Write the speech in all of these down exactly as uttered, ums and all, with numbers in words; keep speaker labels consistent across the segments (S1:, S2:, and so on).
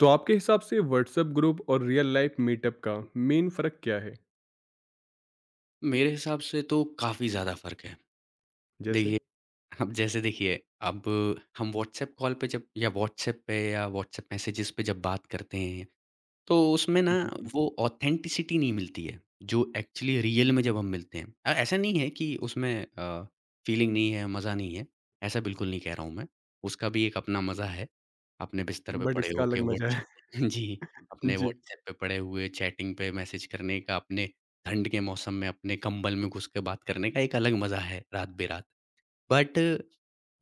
S1: तो आपके हिसाब से व्हाट्सएप ग्रुप और रियल लाइफ मीटअप का मेन फ़र्क क्या है?
S2: मेरे हिसाब से तो काफ़ी ज़्यादा फ़र्क है।
S1: जैसे?
S2: देखिए, अब जैसे देखिए, अब हम व्हाट्सएप कॉल पे जब या व्हाट्सएप पे या व्हाट्सएप मैसेजेस पे जब बात करते हैं तो उसमें ना
S1: बिल्कुल,
S2: वो ऑथेंटिसिटी नहीं मिलती है, जो एक्चुअली रियल में जब हम मिलते हैं। अ, ऐसा नहीं है कि उसमें अ, फीलिंग नहीं है, मज़ा नहीं है, ऐसा बिल्कुल नहीं कह रहा हूँ मैं। उसका भी एक अपना मज़ा है, अपने बिस्तर पे
S1: बट
S2: पड़े
S1: इसका
S2: होके
S1: अलग मज़ा है।
S2: व्हाट्सऐप पे जी, अपने
S1: जी,
S2: व्हाट्सऐप पे पड़े हुए चैटिंग पे मैसेज करने का, अपने ठंड के मौसम में अपने कंबल में घुस के बात करने का एक अलग मज़ा है रात-बेरात। बट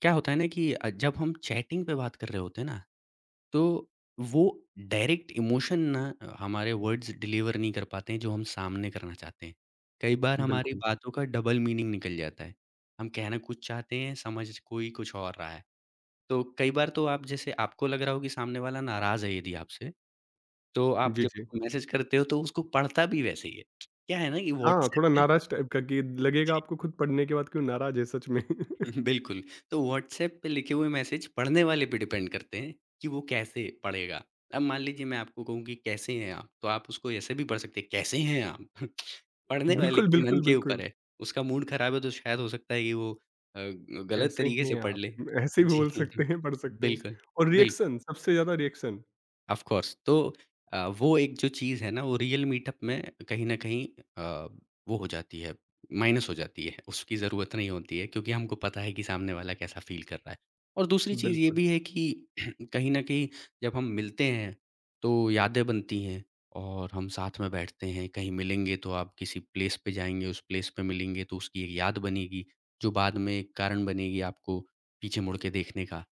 S2: क्या होता है ना कि अ, जब हम चैटिंग पे बात कर रहे होते हैं ना तो वो डायरेक्ट इमोशन ना हमारे वर्ड्स डिलीवर नहीं कर पाते हैं जो हम सामने करना चाहते हैं। कई बार हमारी
S1: बिल्कुल।
S2: बातों का डबल मीनिंग निकल जाता है। हम कहना कुछ चाहते हैं, समझ कोई कुछ और रहा है। तो कई बार तो आप जैसे आपको लग रहा हो कि सामने वाला नाराज़ है यदि आपसे, तो आप
S1: जी,
S2: जब
S1: जी।
S2: उसको मैसेज करते हो तो उसको पढ़ता भी वैसे ही है। क्या है ना कि
S1: हाँ,
S2: व्हाट्सऐप
S1: थोड़ा
S2: पे
S1: नाराज़ टाइप का कि
S2: जी।
S1: लगेगा आपको खुद पढ़ने के बाद कि वो नाराज़ है सच में।
S2: बिल्कुल, तो व्हाट्सऐप पे लिखे हुए मैसेज पढ़ने वाले पे डिपेंड करते हैं कि वो कैसे पढ़ेगा। अब मान लीजिए मैं आपको कहूँ कि कैसे हैं आप? तो आप उसको ऐसे भी पढ़ सकते हैं, कैसे हैं आप? पढ़ने वाले
S1: बिल्कुल,
S2: के मन
S1: बिल्कुल,
S2: के
S1: बिल्कुल।
S2: ऊपर है। उसका मूड खराब है तो शायद हो सकता है कि वो अ, गलत
S1: कैसे
S2: तरीके से
S1: हैं
S2: पढ़
S1: आप?
S2: ले।
S1: ऐसे भी
S2: जी,
S1: बोल सकते हैं, पढ़ सकते हैं
S2: बिल्कुल,
S1: और
S2: बिल्कुल।
S1: रिएक्शन सबसे ज़्यादा रिएक्शन।
S2: ऑफ कोर्स तो अ, वो एक जो चीज़ है ना वो रियल मीटअप में कहीं न कहीं अ, वो हो जाती है, माइनस हो जाती है। उसकी ज़रूरत नहीं होती है क्योंकि हमको पता है कि सामने वाला कैसा फ़ील कर रहा है। और दूसरी चीज़ ये
S1: बिल्कुल,
S2: भी है कि कहीं न कहीं जब हम मिलते हैं तो यादें बनती हैं और हम साथ में बैठते हैं, कहीं मिलेंगे तो आप किसी प्लेस पे जाएँगे, उस प्लेस पे मिलेंगे तो उसकी एक याद बनेगी, जो बाद में एक कारण बनेगी आपको पीछे मुड़ के देखने का।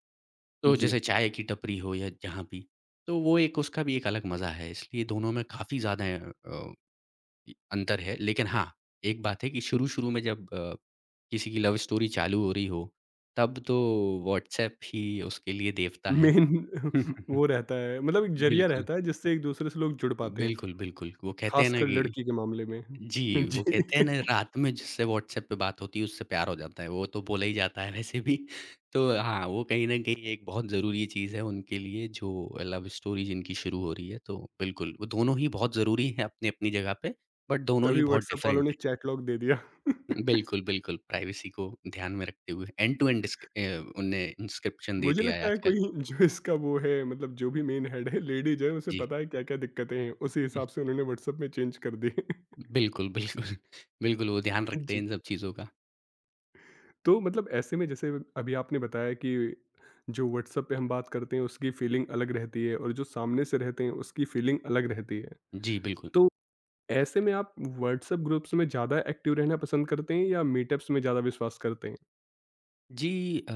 S2: तो
S1: जी।
S2: जैसे चाय की टपरी हो या जहाँ भी, तो वो एक उसका भी एक अलग मज़ा है, इसलिए दोनों में काफ़ी ज़्यादा अ, अंतर है। लेकिन हाँ, एक बात है कि शुरू-शुरू में जब अ, किसी की लव स्टोरी चालू हो रही हो, तब तो व्हाट्सएप ही उसके लिए देवता है।
S1: मेन वो रहता है मतलब एक ज़रिया
S2: बिल्कुल,
S1: रहता है जिससे एक-दूसरे से लोग जुड़ पाते हैं,
S2: बिल्कुल, बिल्कुल। वो कहते हैं ना
S1: ख़ासकर
S2: कि
S1: लड़की के मामले में।
S2: जी,
S1: जी।
S2: वो कहते हैं ना रात में जिससे व्हाट्सएप पे बात होती है उससे प्यार हो जाता है, वो तो बोला ही जाता है वैसे भी। तो हाँ, वो कहीं न कहीं एक बहुत ज़रूरी चीज़ है उनके लिए जो लव स्टोरी जिनकी शुरू हो रही है, तो बिल्कुल वो दोनों ही बहुत ज़रूरी हैं अपनी-अपनी जगह पे, बट दोनों ही
S1: तभी
S2: बहुत
S1: व्हाट्सएप
S2: डिफरेंट
S1: वालों ने
S2: हैं।
S1: चैट लॉक दे दिया।
S2: बिल्कुल, बिल्कुल, प्राइवेसी को ध्यान में रखते हुए एंड टू एंड डिस्क अ, उनने इंस्क्रिप्शन दे
S1: मुझे
S2: दिया है
S1: लगता है
S2: आजकल।
S1: कोई जो इसका वो है मतलब जो भी मेन हेड है लेडीज़ है उसे
S2: जी।
S1: पता है क्या-क्या दिक्कतें हैं, उसी हिसाब से उन्होंने व्हाट्सएप में चेंज कर दी।
S2: बिल्कुल, बिल्कुल, बिल्कुल वो ध्यान रखते हैं
S1: जी,
S2: इन सब चीज़ों का।
S1: तो मतलब ऐसे में जैसे अभी आपने बताया कि जो व्हाट्सएप पे हम बात करते हैं उसकी फीलिंग अलग रहती है और जो सामने से रहते हैं उसकी फीलिंग अलग रहती है।
S2: जी, बिल्कुल।
S1: तो ऐसे में आप व्हाट्सएप ग्रुप्स में ज़्यादा एक्टिव रहना पसंद करते हैं या मीटअप्स में ज़्यादा विश्वास करते हैं?
S2: जी अ,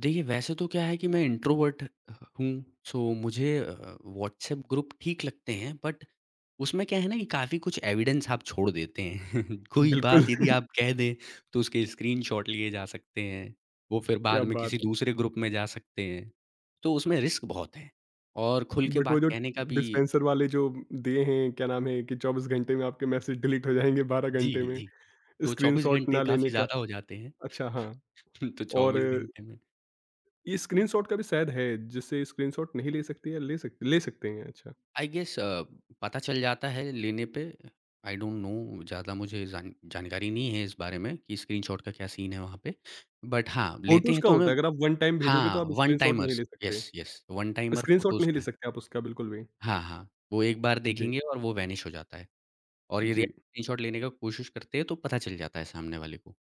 S2: देखिए वैसे तो क्या है कि मैं इंट्रोवर्ट हूँ, सो मुझे अ, व्हाट्सएप ग्रुप ठीक लगते हैं बट उसमें क्या है ना कि काफ़ी कुछ एविडेंस आप छोड़ देते हैं। कोई
S1: बिल्कुल,
S2: बात यदि आप कह दें तो उसके स्क्रीनशॉट लिए जा सकते हैं, वो फिर
S1: क्या
S2: बाद में किसी
S1: बात!
S2: दूसरे ग्रुप में जा सकते हैं, तो उसमें रिस्क बहुत है और खुल के
S1: बट वो
S2: बात
S1: जो
S2: कहने का भी
S1: डिस्पेंसर वाले जो दिए हैं क्या नाम है कि चौबीस घंटे में आपके मैसेज डिलीट हो जाएँगे बारह
S2: जी,
S1: घंटे में,
S2: जी, तो चौबीस
S1: स्क्रीनशॉट
S2: घंटे
S1: ना
S2: काफ़ी
S1: लेने का
S2: ज़्यादा हो जाते हैं,
S1: अच्छा हाँ,
S2: तो
S1: और
S2: चौबीस घंटे में
S1: ये स्क्रीनशॉट का भी शायद है जिससे स्क्रीनशॉट नहीं ले सकते या ले सकते ले सकते हैं अच्छा।
S2: आई गेस अ, पता चल जाता है लेने पे। आई डोंट नो ज़्यादा मुझे जान जानकारी नहीं है इस बारे में कि स्क्रीनशॉट का क्या सीन है वहाँ पे। बट हाँ, लेते
S1: फ़ोटोज़
S2: हैं
S1: का
S2: तो हमें
S1: होता है अगर आप वन टाइम भेजोगे तो
S2: हाँ,
S1: आप
S2: वन
S1: स्क्रीनशॉट नहीं
S2: टाइमर्स
S1: ले सकते,
S2: yes, yes, one timer
S1: screenshot
S2: photos
S1: नहीं
S2: का
S1: ले
S2: है।
S1: सकते आप उसका बिल्कुल भी।
S2: हाँ, हाँ, वो एक बार
S1: जी,
S2: देखेंगे और वो वैनिश हो जाता है। और यदि आप
S1: जी।
S2: स्क्रीनशॉट लेने का कोशिश करते हैं तो पता चल जाता है सामने वाले को।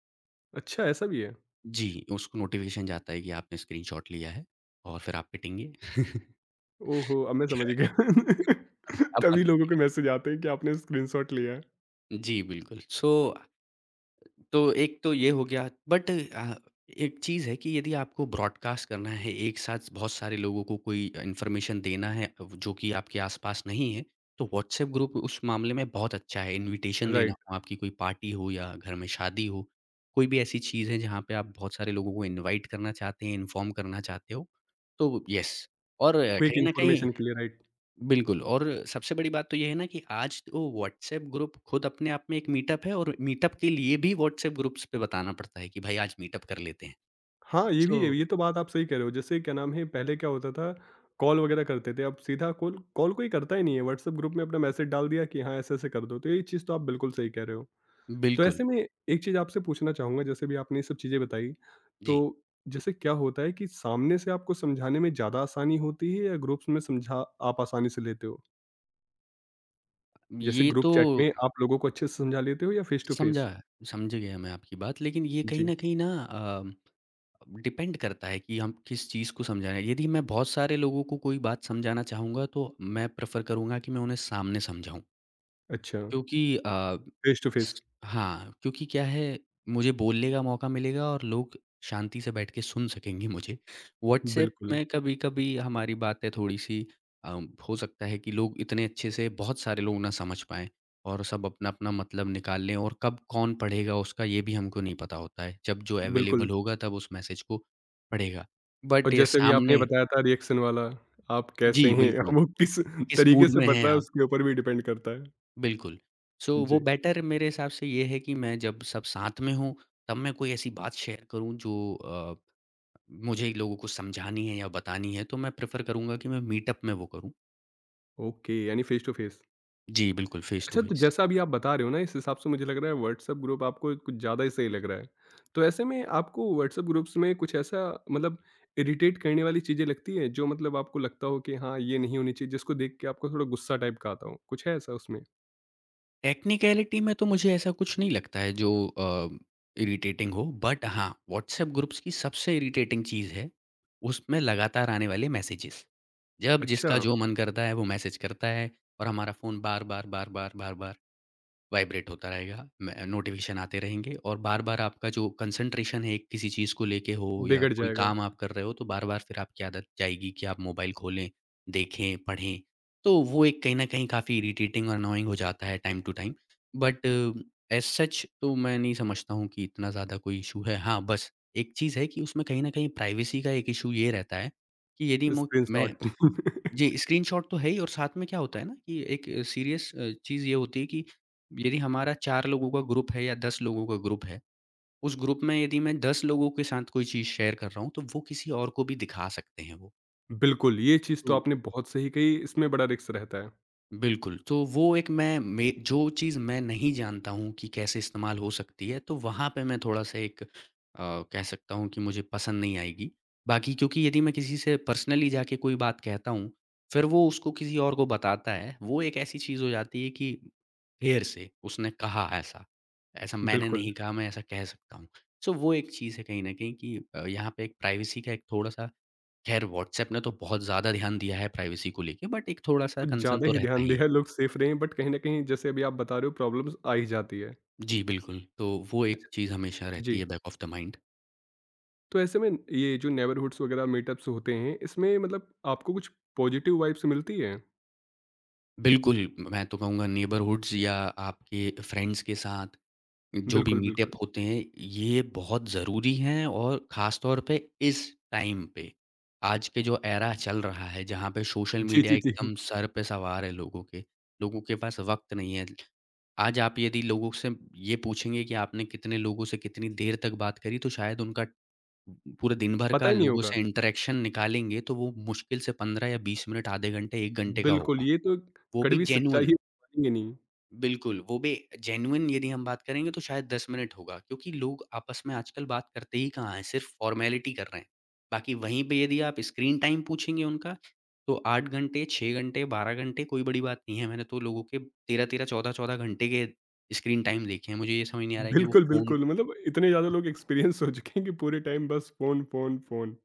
S1: अच्छा ऐसा भी है?
S2: जी, उसको नोटिफ़िकेशन जाता है कि आपने स्क्रीनशॉट लिया है और फिर आप पिटेंगे।
S1: ओहो! अब मैं समझ गया।
S2: अब मत
S1: तभी लोगों के
S2: लीजिए।
S1: मैसेज आते हैं कि आपने स्क्रीनशॉट लिया है।
S2: जी, बिल्कुल। सो तो एक तो ये हो गया बट अ, एक चीज़ है कि यदि आपको ब्रॉडकास्ट करना है एक साथ बहुत सारे लोगों को कोई इन्फॉर्मेशन देना है अ, जो कि आपके आसपास नहीं है तो व्हाट्सएप ग्रुप उस मामले में बहुत अच्छा है इनविटेशन देना
S1: राइट,
S2: हो आपकी कोई पार्टी हो या घर में शादी हो कोई भी ऐसी चीज़ है जहाँ पे आप बहुत सारे लोगों को इनवाइट करना चाहते हैं इन्फॉर्म करना चाहते हो तो यस और अ,
S1: क्विक
S2: कहीं ना कहीं
S1: इन्फॉर्मेशन के लिए राइट।
S2: बिल्कुल और सबसे बड़ी बात तो ये है ना कि आज तो व्हाट्सएप ग्रुप खुद अपने आप में एक मीटअप है और मीटअप के लिए भी व्हाट्सएप ग्रुप्स पे बताना पड़ता है कि भाई आज मीटअप कर लेते हैं।
S1: हाँ, ये
S2: सो
S1: भी है, ये तो बात आप सही कह रहे हो। जैसे क्या नाम है, पहले क्या होता था, कॉल वगैरह करते थे, अब सीधा कॉल कॉल कोई करता ही नहीं है, व्हाट्सएप ग्रुप में अपना मैसेज डाल दिया कि हाँ, ऐसे-ऐसे कर दो, तो ये चीज़ तो आप बिल्कुल सही कह रहे हो। तो
S2: बिल्कुल,
S1: ऐसे में एक चीज़ आपसे पूछना चाहूँगा, जैसे भी आपने ये सब चीज़ें बताई,
S2: जी।
S1: तो जैसे क्या होता है कि सामने से आपको समझाने में ज़्यादा आसानी होती है या ग्रुप्स में समझा आप आसानी से लेते हो?
S2: ये
S1: जैसे ग्रुप
S2: तो
S1: चैट में आप लोगों को अच्छे से समझा लेते हो या फेस टू
S2: समझा
S1: फेस?
S2: समझ गया मैं आपकी बात लेकिन ये कहीं
S1: जी,
S2: न कहीं ना अ, डिपेंड करता है कि हम किस चीज़ को समझा रहे हैं। यदि मैं बहुत सारे लोगों को कोई बात समझाना चाहूँगा तो मैं प्रेफ़र करूँगा कि मैं उन्हें सामने समझाऊँ।
S1: अच्छा,
S2: क्योंकि अ,
S1: फेस टू फेस,
S2: हाँ, क्योंकि क्या है, मुझे बोलने का मौका मिलेगा और लोग शांति से बैठ के सुन सकेंगे मुझे। व्हाट्सऐप
S1: बिल्कुल,
S2: में कभी-कभी हमारी बातें थोड़ी-सी अ, हो सकता है कि लोग इतने अच्छे से बहुत सारे लोग ना समझ पाएँ और सब अपना-अपना मतलब निकाल लें और कब कौन पढ़ेगा उसका ये भी हमको नहीं पता होता है। जब जो
S1: बिल्कुल।
S2: अवेलेबल होगा तब उस मैसेज को पढ़ेगा।
S1: और
S2: बट ये
S1: जैसे भी आपने
S2: सामने
S1: बताया था रिएक्शन वाला, आप कैसे
S2: जी,
S1: हैं?
S2: बिल्कुल।
S1: वो किस
S2: किस
S1: तरीके
S2: मूड
S1: से
S2: में
S1: पढ़
S2: हैं
S1: रहा है
S2: आप?
S1: उसके ऊपर भी डिपेंड करता है।
S2: बिल्कुल। सो वो
S1: जी,
S2: बेटर मेरे हिसाब से ये है कि मैं जब सब साथ में हों, तब मैं कोई ऐसी बात शेयर करूँ जो अ, मुझे लोगों को समझानी है या बतानी है, तो मैं प्रेफ़र करूँगा कि मैं मीटअप में वो करूँ।
S1: ओके यानी फेस टू फेस।
S2: जी, बिल्कुल, फ़ेस टू
S1: अच्छा तो
S2: फ़ेस।
S1: जैसा अभी आप बता रहे हो ना इस हिसाब से मुझे लग रहा है व्हाट्सएप ग्रुप आपको कुछ ज़्यादा ही सही लग रहा है। तो ऐसे में आपको व्हाट्सएप ग्रुप्स में कुछ ऐसा मतलब इरिटेट करने वाली चीज़ें लगती है जो मतलब आपको लगता हो कि हाँ, ये नहीं होनी चाहिए जिसको देख के आपको थोड़ा गुस्सा टाइप का आता हो? कुछ है ऐसा उसमें?
S2: टेक्निकैलिटी में तो मुझे ऐसा कुछ नहीं लगता है जो अ, इरिटेटिंग हो, बट हाँ, व्हाट्सएप ग्रुप्स की सबसे इरिटेटिंग चीज़ है, उसमें लगातार आने वाले मैसेजेस। जब
S1: अच्छा,
S2: जिसका जो मन करता है, वो मैसेज करता है और हमारा फ़ोन बार-बार, बार-बार, बार-बार वाइब्रेट होता रहेगा, मैं नोटिफ़िकेशन आते रहेंगे और बार-बार आपका जो कंसंट्रेशन है किसी चीज़ को लेके हो या
S1: बिगड़
S2: कोई
S1: जाएगा,
S2: काम आप कर रहे हो, तो बार-बार फिर आपकी आदत जाएगी कि आप मोबाइल खोलें, देखें, पढ़ें। तो वो एक कहीं न कहीं काफ़ी इरिटेटिंग और अनोइंग हो जाता है time to time. But as such तो मैं नहीं समझता हूँ कि इतना ज़्यादा कोई इश्यू है। हाँ, बस एक चीज़ है कि उसमें कहीं न कहीं प्राइवेसी का एक इश्यू ये रहता है कि यदि मो मैं
S1: स्क्रीनशॉट।
S2: जी, स्क्रीनशॉट तो है ही और साथ में क्या होता है ना कि एक सीरियस अ, चीज़ ये होती है कि यदि हमारा चार लोगों का ग्रुप है या दस लोगों का ग्रुप है, उस ग्रुप में यदि मैं दस लोगों के साथ कोई चीज़ शेयर कर रहा हूँ, तो वो किसी और को भी दिखा सकते हैं वो।
S1: बिल्कुल, ये चीज़ तो
S2: तो
S1: आपने बहुत सही कही, इसमें बड़ा रिस्क रहता है।
S2: बिल्कुल, तो वो एक मैं मैं जो चीज़ मैं नहीं जानता हूँ कि कैसे इस्तेमाल हो सकती है, तो वहाँ पे मैं थोड़ा-सा एक अ, कह सकता हूँ कि मुझे पसंद नहीं आएगी। बाकी क्योंकि यदि मैं किसी से पर्सनली जाके कोई बात कहता हूँ, फिर वो उसको किसी और को बताता है, वो एक ऐसी चीज़ हो जाती है कि ढेर से उसने कहा ऐसा, ऐसा मैंने
S1: बिल्कुल,
S2: नहीं कहा, मैं ऐसा कह सकता हूँ। सो वो एक चीज़ है कहीं न कहीं कि अ, यहाँ पे एक प्राइवेसी का एक थोड़ा-सा खैर व्हाट्सऐप ने तो बहुत ज़्यादा ध्यान दिया है प्राइवेसी को लेके, बट एक थोड़ा-सा
S1: कुछ
S2: कंसर्न
S1: ज़्यादा
S2: तो
S1: ही
S2: रहता
S1: ध्यान
S2: ही
S1: दिया
S2: है।
S1: है, लोग सेफ रहे हैं बट कहीं न कहीं जैसे अभी आप बता रहे हो प्रॉब्लम्स आ ही जाती है।
S2: जी, बिल्कुल। तो वो एक
S1: अच्छा।
S2: चीज़ हमेशा रहती
S1: जी,
S2: है बैक ऑफ़ द माइंड।
S1: तो ऐसे में ये जो नेबरहुड्स वगैरह मीटअप्स होते हैं, इसमें मतलब आपको कुछ पॉजिटिव वाइब्स मिलती हैं?
S2: बिल्कुल, मैं तो कहूँगा नेबरहुड्स या आपके फ्रेंड्स के साथ जो भी
S1: बिल्कुल, बिल्कुल।
S2: मीटअप होते हैं, ये बहुत ज़रूरी हैं और ख़ास तौर पे इस टाइम पे, आज के जो एरा चल रहा है, जहाँ पे सोशल
S1: जी,
S2: मीडिया
S1: जी, जी।
S2: एकदम सर पे सवार है लोगों के। लोगों के पास वक़्त नहीं है। आज आप यदि लोगों से ये पूछेंगे कि आपने कितने लोगों से कितनी देर तक बात करी, तो शायद उनका पूरे दिन भर का
S1: पता ही
S2: अच्छा।
S1: नहीं
S2: लोगों
S1: होगा।
S2: से इंटरेक्शन निकालेंगे तो वो मुश्किल से पंद्रह या बीस मिनट, आधे घंटे, एक घंटे का
S1: बिल्कुल,
S2: होगा।
S1: ये तो
S2: वो भी
S1: कड़वी सच्चाई
S2: जेन्युइन
S1: है, मानेंगे नहीं।
S2: बिल्कुल, वो भी जेन्युइन यदि हम बात करेंगे तो शायद दस मिनट होगा क्योंकि लोग आपस में आजकल बात करते ही कहाँ हैं, सिर्फ़ फ़ॉर्मेलिटी कर रहे हैं। बाकी वहीं पे यदि आप स्क्रीन टाइम पूछेंगे उनका, तो आठ घंटे, छह घंटे, बारह घंटे कोई बड़ी बात नहीं है। मैंने तो लोगों के तेरह तेरह, चौदह चौदह घंटे के स्क्रीन टाइम देखे हैं। मुझे ये समझ नहीं आ रहा है कि वो
S1: बिल्कुल,
S2: फ़ोन
S1: बिल्कुल, मतलब इतने ज़्यादा लोग एक्सपीरियंस हो चुके हैं कि पूरे टाइम बस फ़ोन, फ़ोन, फ़ोन।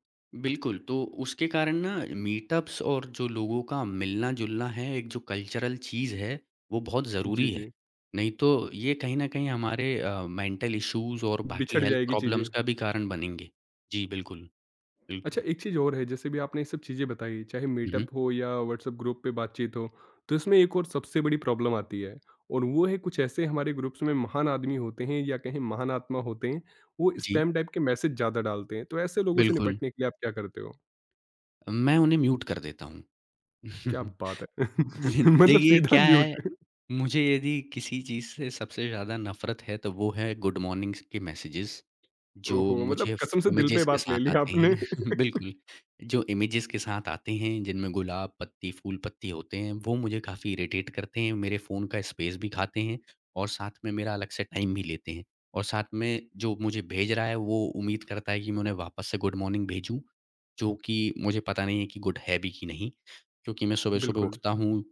S2: बिल्कुल, तो उसके कारण ना मीटअप्स और जो लोगों का मिलना-जुलना है, एक जो कल्चरल चीज़ है, वो बहुत
S1: जी,
S2: ज़रूरी है।
S1: जी,
S2: नहीं तो ये कहीं न कहीं हमारे अ, मेंटल इश्यूज़ और बाकी
S1: बिछड़
S2: हेल्थ
S1: जाएगी चीज़ें।
S2: प्रॉब्लम्स का भी कारण बनेंगे। जी, बिल्कुल, बिल्कुल।
S1: अच्छा एक चीज़ और है जैसे भी आपने ये सब चीज़ें बताई चाहे
S2: हुँ, हुँ।
S1: मीटअप हो या व्हाट्सएप ग्रुप पे बातचीत हो तो इसमें एक और सबसे बड़ी प्रॉब्लम आती है और वो है कुछ ऐसे हमारे ग्रुप्स में महान आदमी होते हैं या कहें महान आत्मा होते हैं वो
S2: जी,
S1: स्पैम टाइप के मैसेज ज़्यादा डालते हैं तो ऐसे लोगों से
S2: बिल्कुल।
S1: निपटने के लिए आप क्या करते हो
S2: मैं उन्हें म्यूट कर देता हूँ।
S1: क्या बात है मतलब
S2: देखिए
S1: सीधा
S2: क्या है,
S1: म्यूट
S2: मुझे यदि किसी चीज़ से सबसे ज़्यादा नफ़रत है, तो वो है गुड मॉर्निंग्स के मैसेजेज़। जो
S1: ओहो मतलब
S2: मुझे फ
S1: कसम से दिल पे
S2: इमेजेस के
S1: बात ले
S2: साथ
S1: ली
S2: आते
S1: आपने
S2: हैं। बिल्कुल, जो इमेजेस के साथ आते हैं, जिनमें गुलाब, पत्ती, फूल, पत्ती होते हैं, वो मुझे काफ़ी इरिटेट करते हैं, मेरे फ़ोन का स्पेस भी खाते हैं और साथ में मेरा अलग से टाइम भी लेते हैं। और साथ में जो मुझे भेज रहा है, वो उम्मीद करता है कि मैं उन्हें वापस से गुड मॉर्निंग भेजूँ, जो कि मुझे पता नहीं है कि गुड है भी कि नहीं? क्योंकि मैं सुबह-सुबह
S1: बिल्कुल
S2: उठता हूँ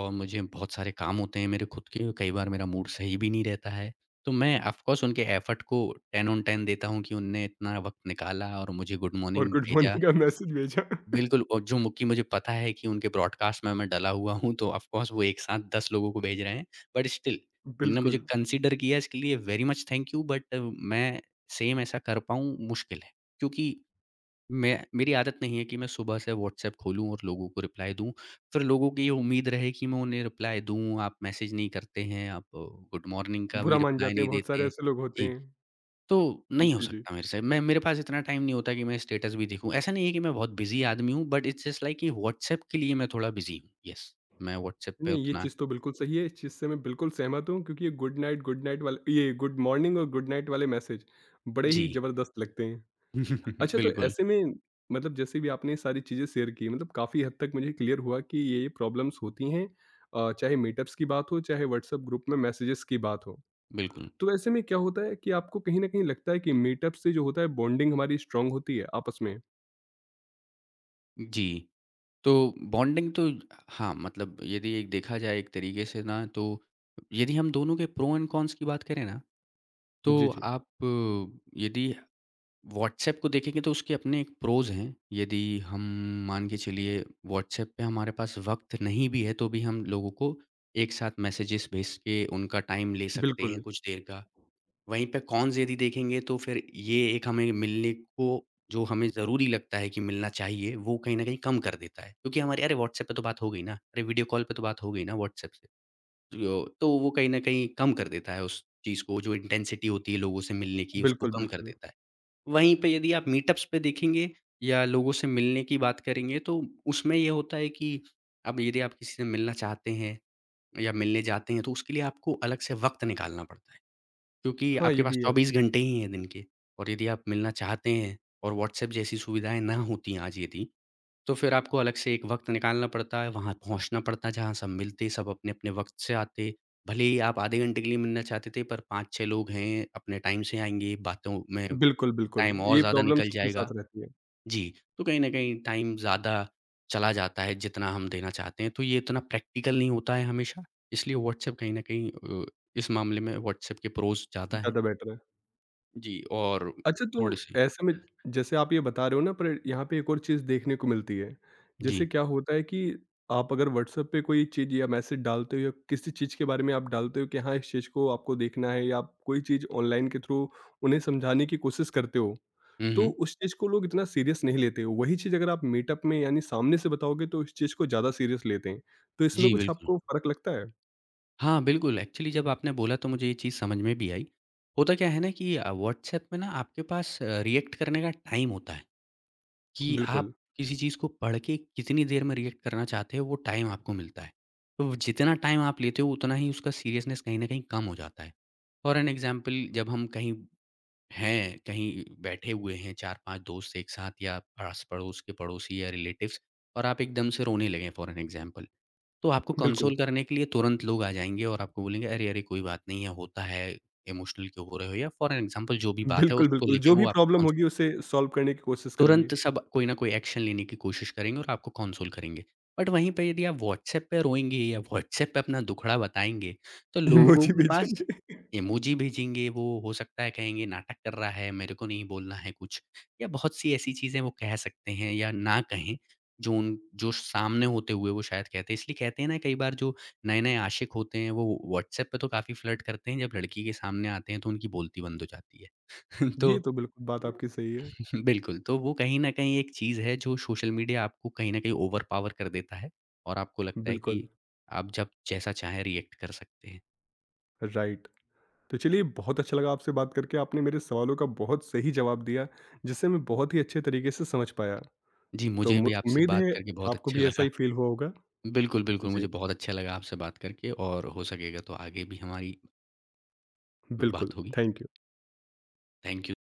S2: और मुझे बहुत सारे काम होते हैं मेरे खुद के, कई बार मेरा मूड सही भी नहीं रहता है। तो मैं ऑफ़ कोर्स उनके एफ़र्ट को टेन ऑन टेन देता हूँ कि उनने इतना वक़्त निकाला और मुझे गुड
S1: और
S2: मॉर्निंग
S1: गुड
S2: भेजा।
S1: मॉर्निंग का मैसेज भेजा
S2: बिल्कुल। और जो मु कि मुझे पता है कि उनके ब्रॉडकास्ट में मैं डला हुआ हूँ, तो ऑफ़ कोर्स वो एक साथ दस लोगों को भेज रहे हैं। बट स्टिल उनने मुझे
S1: बिल्कुल
S2: कंसीडर किया, इसके लिए very much thank you. But मैं सेम ऐसा कर पाऊँ, मुश्किल है। क्योंकि मैं मेरी आदत नहीं है कि मैं सुबह से व्हाट्सएप खोलूँ और लोगों को रिप्लाई दूँ। फिर लोगों की ये उम्मीद रहे कि मैं उन्हें रिप्लाई दूँ, आप मैसेज नहीं करते हैं, आप गुड मॉर्निंग का भी
S1: बुरा मान
S2: रिप्लाई
S1: जाते हैं
S2: नहीं
S1: बहुत
S2: देते
S1: सारे
S2: हैं।
S1: ऐसे लोग होते
S2: जी।
S1: हैं
S2: तो नहीं हो
S1: जी जी
S2: सकता मेरे से। मैं मेरे पास इतना टाइम नहीं होता कि मैं स्टेटस भी देखूँ। ऐसा नहीं है कि मैं बहुत बिज़ी आदमी हूँ, बट इट्स जस्ट लाइक कि व्हाट्सऐप के लिए मैं थोड़ा बिज़ी हूँ। येस, मैं व्हाट्सऐप पे
S1: नहीं, ये
S2: उतना
S1: चीज़ तो बिल्कुल सही है, इस चीज़ से मैं बिल्कुल सहमत हूँ क्योंकि ये गुड नाइट, गुड नाइट वाले ये गुड मॉर्निंग और गुड नाइट वाले मैसेज बड़े ही
S2: जी।
S1: ज़बरदस्त लगते हैं। अच्छा तो
S2: बिल्कुल,
S1: ऐसे में मतलब जैसे भी आपने ये सारी चीज़ें शेयर की मतलब काफ़ी हद तक मुझे क्लियर हुआ कि ये, ये प्रॉब्लम्स होती हैं अ, चाहे मीटअप्स की बात हो, चाहे व्हाट्सएप ग्रुप में मैसेजेस की बात हो।
S2: बिल्कुल।
S1: तो ऐसे में क्या होता है कि आपको कहीं न कहीं लगता है कि मीटअप से जो होता है बॉन्डिंग हमारी स्ट्रॉन्ग होती है आपस में?
S2: जी, तो बॉन्डिंग तो हाँ, मतलब यदि एक देखा जाए एक तरीके से ना, तो यदि हम दोनों के प्रो एंड कॉन्स की बात करें ना, तो
S1: जी, जी।
S2: आप अ, यदि व्हाट्सएप को देखेंगे तो उसके अपने एक प्रोज़ हैं। यदि हम मान के चलिए व्हाट्सएप पे हमारे पास वक़्त नहीं भी है, तो भी हम लोगों को एक साथ मैसेजेस भेज के उनका टाइम ले सकते हैं
S1: बिल्कुल,
S2: कुछ देर का। वहीं पे कॉन्स यदि देखेंगे तो फिर ये एक हमें मिलने को जो हमें ज़रूरी लगता है कि मिलना चाहिए, वो कहीं न कहीं कम कर देता है। क्योंकि हमारे अरे व्हाट्सएप पे तो बात हो गई ना, अरे वीडियो कॉल पे तो बात हो गई ना व्हाट्सएप से। जो तो वो कहीं न कहीं कम कर देता है उस चीज़ को, जो इंटेंसिटी होती है लोगों से मिलने की, उसको
S1: बिल्कुल,
S2: कम कर
S1: बिल्कुल।
S2: देता है। वहीं पे यदि आप मीटअप्स पे देखेंगे या लोगों से मिलने की बात करेंगे, तो उसमें ये होता है कि अब यदि आप किसी से मिलना चाहते हैं या मिलने जाते हैं, तो उसके लिए आपको अलग से वक़्त निकालना पड़ता है। क्योंकि
S1: हाँ,
S2: आपके
S1: ये
S2: पास
S1: भी है।
S2: चौबीस घंटे ही हैं दिन के, और यदि आप मिलना चाहते हैं और व्हाट्सऐप जैसी सुविधाएँ ना होती आज यदि, तो फिर आपको अलग से एक वक़्त निकालना पड़ता है, वहाँ पहुँचना पड़ता है, जहाँ सब मिलते, सब अपने-अपने वक़्त से आते। भले ही आप आधे घंटे के लिए मिलना चाहते थे, पर पाँच-छह लोग हैं, अपने टाइम से आएँगे, बातों में
S1: बिल्कुल, बिल्कुल।
S2: टाइम और
S1: ये
S2: ज़्यादा
S1: प्रॉब्लम
S2: निकल
S1: सबके
S2: जाएगा।
S1: साथ रहती है।
S2: जी, तो कहीं न कहीं टाइम ज़्यादा चला जाता है जितना हम देना चाहते हैं, तो ये इतना प्रैक्टिकल नहीं होता है हमेशा, इसलिए व्हाट्सएप कहीं न कहीं अ, इस मामले में व्हाट्सएप के प्रोज़ ज़्यादा हैं।
S1: ज़्यादा बेटर है।
S2: जी। और
S1: अच्छा तो
S2: थोड़े-से
S1: ऐसे में जैसे आप ये बता रहे हो ना पर यहाँ पे एक और चीज़ देखने को मिलती है।
S2: जी।
S1: जैसे क्या होता है कि आप अगर व्हाट्सएप पे कोई चीज़ या मैसेज डालते हो या किसी चीज़ के बारे में आप डालते हो कि हाँ, इस चीज़ को आपको देखना है या आप कोई चीज़ ऑनलाइन के थ्रू उन्हें समझाने की कोशिश करते हो,
S2: हुँ,
S1: तो
S2: हुँ।
S1: उस चीज़ को लोग इतना सीरियस नहीं लेते। वही चीज़ अगर आप मीटअप में यानी सामने से बताओगे तो इस चीज़ को ज़्यादा सीरियस लेते हैं। तो इसमें
S2: जी,
S1: कुछ
S2: बिल्कुल।
S1: आपको फ़र्क लगता है?
S2: हाँ, बिल्कुल, एक्चुअली जब आपने बोला तो मुझे ये चीज़ समझ में भी आई। होता क्या है ना कि अ, व्हाट्सएप में ना आपके पास अ, रिएक्ट करने का टाइम होता है। कि आप
S1: बिल्कुल,
S2: किसी चीज़ को पढ़ के कितनी देर में रिएक्ट करना चाहते हो, वो टाइम आपको मिलता है। तो वो जितना टाइम आप लेते हो, उतना ही उसका सीरियसनेस कहीं न कहीं कम हो जाता है। फॉर एन एग्ज़ाम्पल, जब हम कहीं हैं, कहीं बैठे हुए हैं चार-पाँच दोस्त एक साथ, या आस-पड़ोस के पड़ोसी या रिलेटिव्स, और आप एकदम से रोने लगे फॉर एन एग्ज़ाम्पल। तो आपको
S1: बिल्कुल।
S2: कंसोल करने के लिए तुरंत लोग आ जाएँगे और आपको बोलेंगे अरे, अरे कोई बात नहीं है, होता है, इमोशनल क्यों हो रहे हो, या फॉर एन एग्ज़ाम्पल जो भी बात है
S1: बिल्कुल,
S2: उसको
S1: बिल्कुल।
S2: लेके
S1: जो भी
S2: वो आपको
S1: प्रॉब्लम
S2: कंसोल
S1: होगी उसे सॉल्व करने की कोशिश करेंगे।
S2: तुरंत सब कोई ना कोई एक्शन लेने की कोशिश करेंगे और आपको कंसोल करेंगे। बट वहीं पे यदि आप व्हाट्सऐप पे रोएँगे या व्हाट्सऐप पे अपना दुखड़ा बताएँगे, तो लोगों
S1: इमोजी
S2: के पास
S1: भेजेंगे।
S2: इमोजी भेजेंगे, वो हो सकता है कहेंगे नाटक कर रहा है, मेरे को नहीं बोलना है कुछ, या बहुत सी ऐसी चीज़ें वो कह सकते हैं या ना कहें, जो उन जो सामने होते हुए वो शायद कहते हैं। इसलिए कहते हैं ना, कई बार जो नए-नए आशिक होते हैं, वो व्हाट्सऐप पे तो काफ़ी फ्लर्ट करते हैं, जब लड़की के सामने आते हैं तो उनकी बोलती बंद हो जाती है। तो
S1: ये तो बिल्कुल बात आपकी सही है।
S2: बिल्कुल, तो वो कहीं न कहीं एक चीज़ है, जो सोशल मीडिया आपको कहीं न कहीं ओवर पावर कर देता है और आपको लगता है
S1: बिल्कुल,
S2: कि आप जब जैसा चाहें रिएक्ट कर सकते हैं।
S1: राइट। तो चलिए बहुत अच्छा लगा आपसे बात करके, आपने मेरे सवालों का बहुत सही जवाब दिया, जिसे मैं बहुत ही अच्छे तरीके से समझ पाया।
S2: जी,
S1: तो
S2: मुझे
S1: मु
S2: भी आपसे
S1: उम्मीद
S2: बात
S1: है
S2: करके बहुत
S1: आपको
S2: अच्छा
S1: भी ऐसा
S2: लगा।
S1: ही फ़ील हुआ होगा।
S2: बिल्कुल, बिल्कुल मुझे
S1: जी,
S2: बहुत अच्छा लगा आपसे बात करके, और हो सकेगा तो आगे भी हमारी
S1: बिल्कुल।
S2: बात होगी।
S1: Thank you.
S2: Thank you.